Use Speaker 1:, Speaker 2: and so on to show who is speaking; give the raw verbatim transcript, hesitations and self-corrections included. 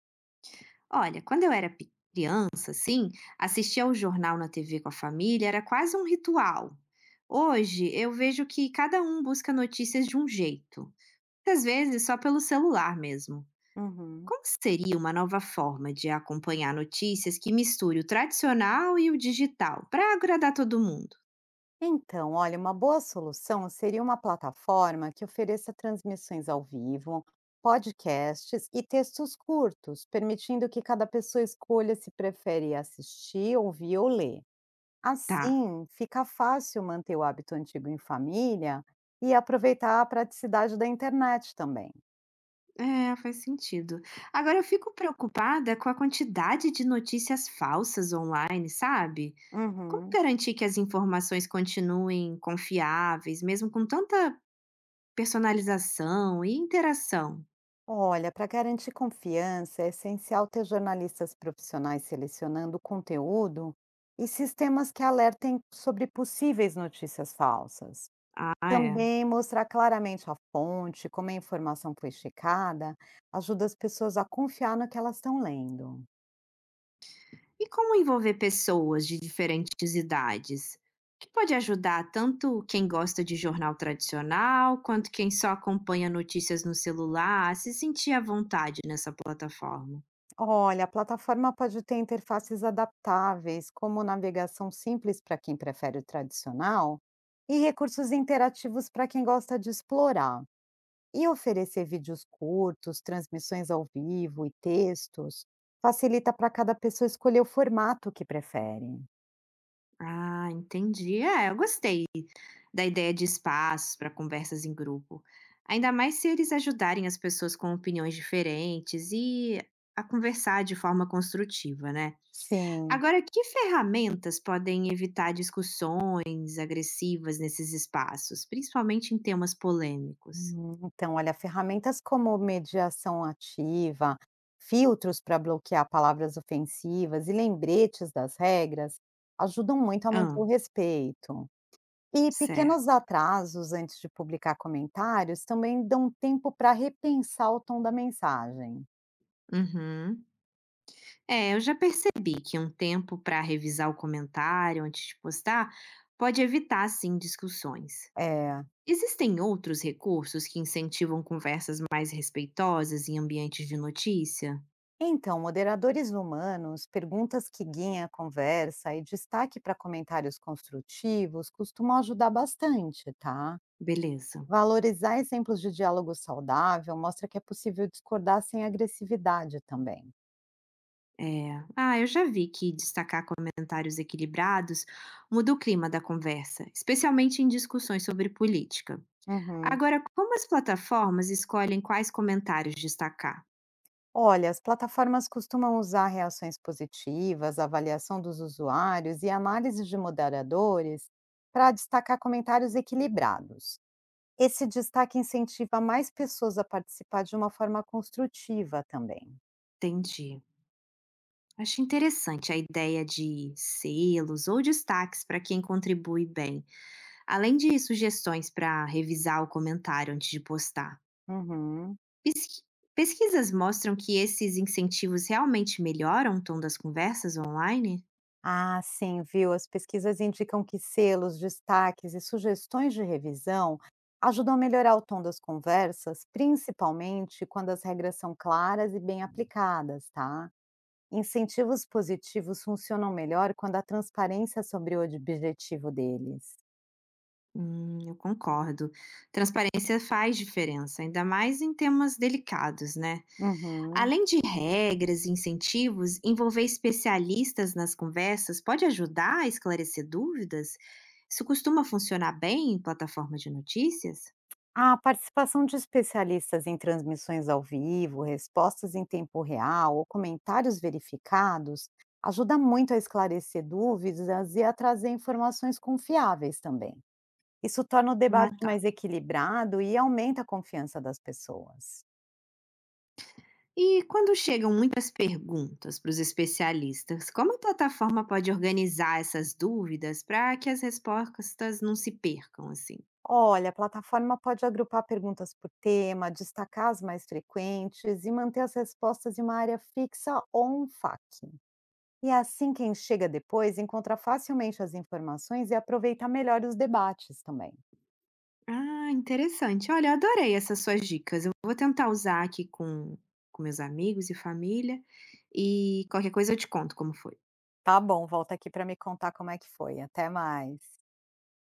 Speaker 1: Olha, quando eu era pe- criança, assim, assistir ao jornal na tê vê com a família era quase um ritual. Hoje, eu vejo que cada um busca notícias de um jeito, às vezes só pelo celular mesmo.
Speaker 2: Uhum.
Speaker 1: Como seria uma nova forma de acompanhar notícias que misture o tradicional e o digital, para agradar todo mundo?
Speaker 2: Então, olha, uma boa solução seria uma plataforma que ofereça transmissões ao vivo, podcasts e textos curtos, permitindo que cada pessoa escolha se prefere assistir, ouvir ou ler.
Speaker 1: Tá.
Speaker 2: Assim, fica fácil manter o hábito antigo em família e aproveitar a praticidade da internet também.
Speaker 1: É, faz sentido. Agora eu fico preocupada com a quantidade de notícias falsas online, sabe? Como
Speaker 2: Uhum.
Speaker 1: garantir que as informações continuem confiáveis, mesmo com tanta personalização e interação?
Speaker 2: Olha, para garantir confiança, é essencial ter jornalistas profissionais selecionando conteúdo e sistemas que alertem sobre possíveis notícias falsas.
Speaker 1: Ah, é.
Speaker 2: Também mostrar claramente a fonte, como a informação foi checada, ajuda as pessoas a confiar no que elas estão lendo.
Speaker 1: E como envolver pessoas de diferentes idades? Que pode ajudar tanto quem gosta de jornal tradicional, quanto quem só acompanha notícias no celular, a se sentir à vontade nessa plataforma.
Speaker 2: Olha, a plataforma pode ter interfaces adaptáveis, como navegação simples para quem prefere o tradicional e recursos interativos para quem gosta de explorar. E oferecer vídeos curtos, transmissões ao vivo e textos facilita para cada pessoa escolher o formato que prefere.
Speaker 1: Ah, entendi. É, eu gostei da ideia de espaços para conversas em grupo. Ainda mais se eles ajudarem as pessoas com opiniões diferentes e a conversar de forma construtiva, né?
Speaker 2: Sim.
Speaker 1: Agora, que ferramentas podem evitar discussões agressivas nesses espaços, principalmente em temas polêmicos?
Speaker 2: Hum, Então, olha, ferramentas como mediação ativa, filtros para bloquear palavras ofensivas e lembretes das regras ajudam muito a manter
Speaker 1: Ah,
Speaker 2: o respeito. E pequenos
Speaker 1: certo.
Speaker 2: atrasos antes de publicar comentários também dão tempo para repensar o tom da mensagem.
Speaker 1: Uhum. É, eu já percebi que um tempo para revisar o comentário antes de postar pode evitar, sim, discussões.
Speaker 2: É.
Speaker 1: Existem outros recursos que incentivam conversas mais respeitosas em ambientes de notícia?
Speaker 2: Então, moderadores humanos, perguntas que guiem a conversa e destaque para comentários construtivos costumam ajudar bastante, tá?
Speaker 1: Beleza.
Speaker 2: Valorizar exemplos de diálogo saudável mostra que é possível discordar sem agressividade também.
Speaker 1: É. Ah, eu já vi que destacar comentários equilibrados muda o clima da conversa, especialmente em discussões sobre política.
Speaker 2: Uhum.
Speaker 1: Agora, como as plataformas escolhem quais comentários destacar?
Speaker 2: Olha, as plataformas costumam usar reações positivas, avaliação dos usuários e análise de moderadores para destacar comentários equilibrados. Esse destaque incentiva mais pessoas a participar de uma forma construtiva também.
Speaker 1: Entendi. Acho interessante a ideia de selos ou destaques para quem contribui bem, além de sugestões para revisar o comentário antes de postar.
Speaker 2: Uhum.
Speaker 1: Pesqui pesquisas mostram que esses incentivos realmente melhoram o tom das conversas online?
Speaker 2: Ah, sim, viu? As pesquisas indicam que selos, destaques e sugestões de revisão ajudam a melhorar o tom das conversas, principalmente quando as regras são claras e bem aplicadas, tá? Incentivos positivos funcionam melhor quando há transparência sobre o objetivo deles.
Speaker 1: Hum, eu concordo. Transparência faz diferença, ainda mais em temas delicados, né?
Speaker 2: Uhum.
Speaker 1: Além de regras e incentivos, envolver especialistas nas conversas pode ajudar a esclarecer dúvidas? Isso costuma funcionar bem em plataforma de notícias?
Speaker 2: A participação de especialistas em transmissões ao vivo, respostas em tempo real ou comentários verificados ajuda muito a esclarecer dúvidas e a trazer informações confiáveis também. Isso torna o
Speaker 1: Ah,
Speaker 2: debate
Speaker 1: tá.
Speaker 2: mais equilibrado e aumenta a confiança das pessoas.
Speaker 1: E quando chegam muitas perguntas para os especialistas, como a plataforma pode organizar essas dúvidas para que as respostas não se percam assim?
Speaker 2: Olha, a plataforma pode agrupar perguntas por tema, destacar as mais frequentes e manter as respostas em uma área fixa ou um FAQ. E é assim, quem chega depois encontra facilmente as informações e aproveita melhor os debates também.
Speaker 1: Ah, interessante. Olha, eu adorei essas suas dicas. Eu vou tentar usar aqui com, com meus amigos e família e qualquer coisa eu te conto como foi.
Speaker 2: Tá bom, volta aqui para me contar como é que foi. Até mais.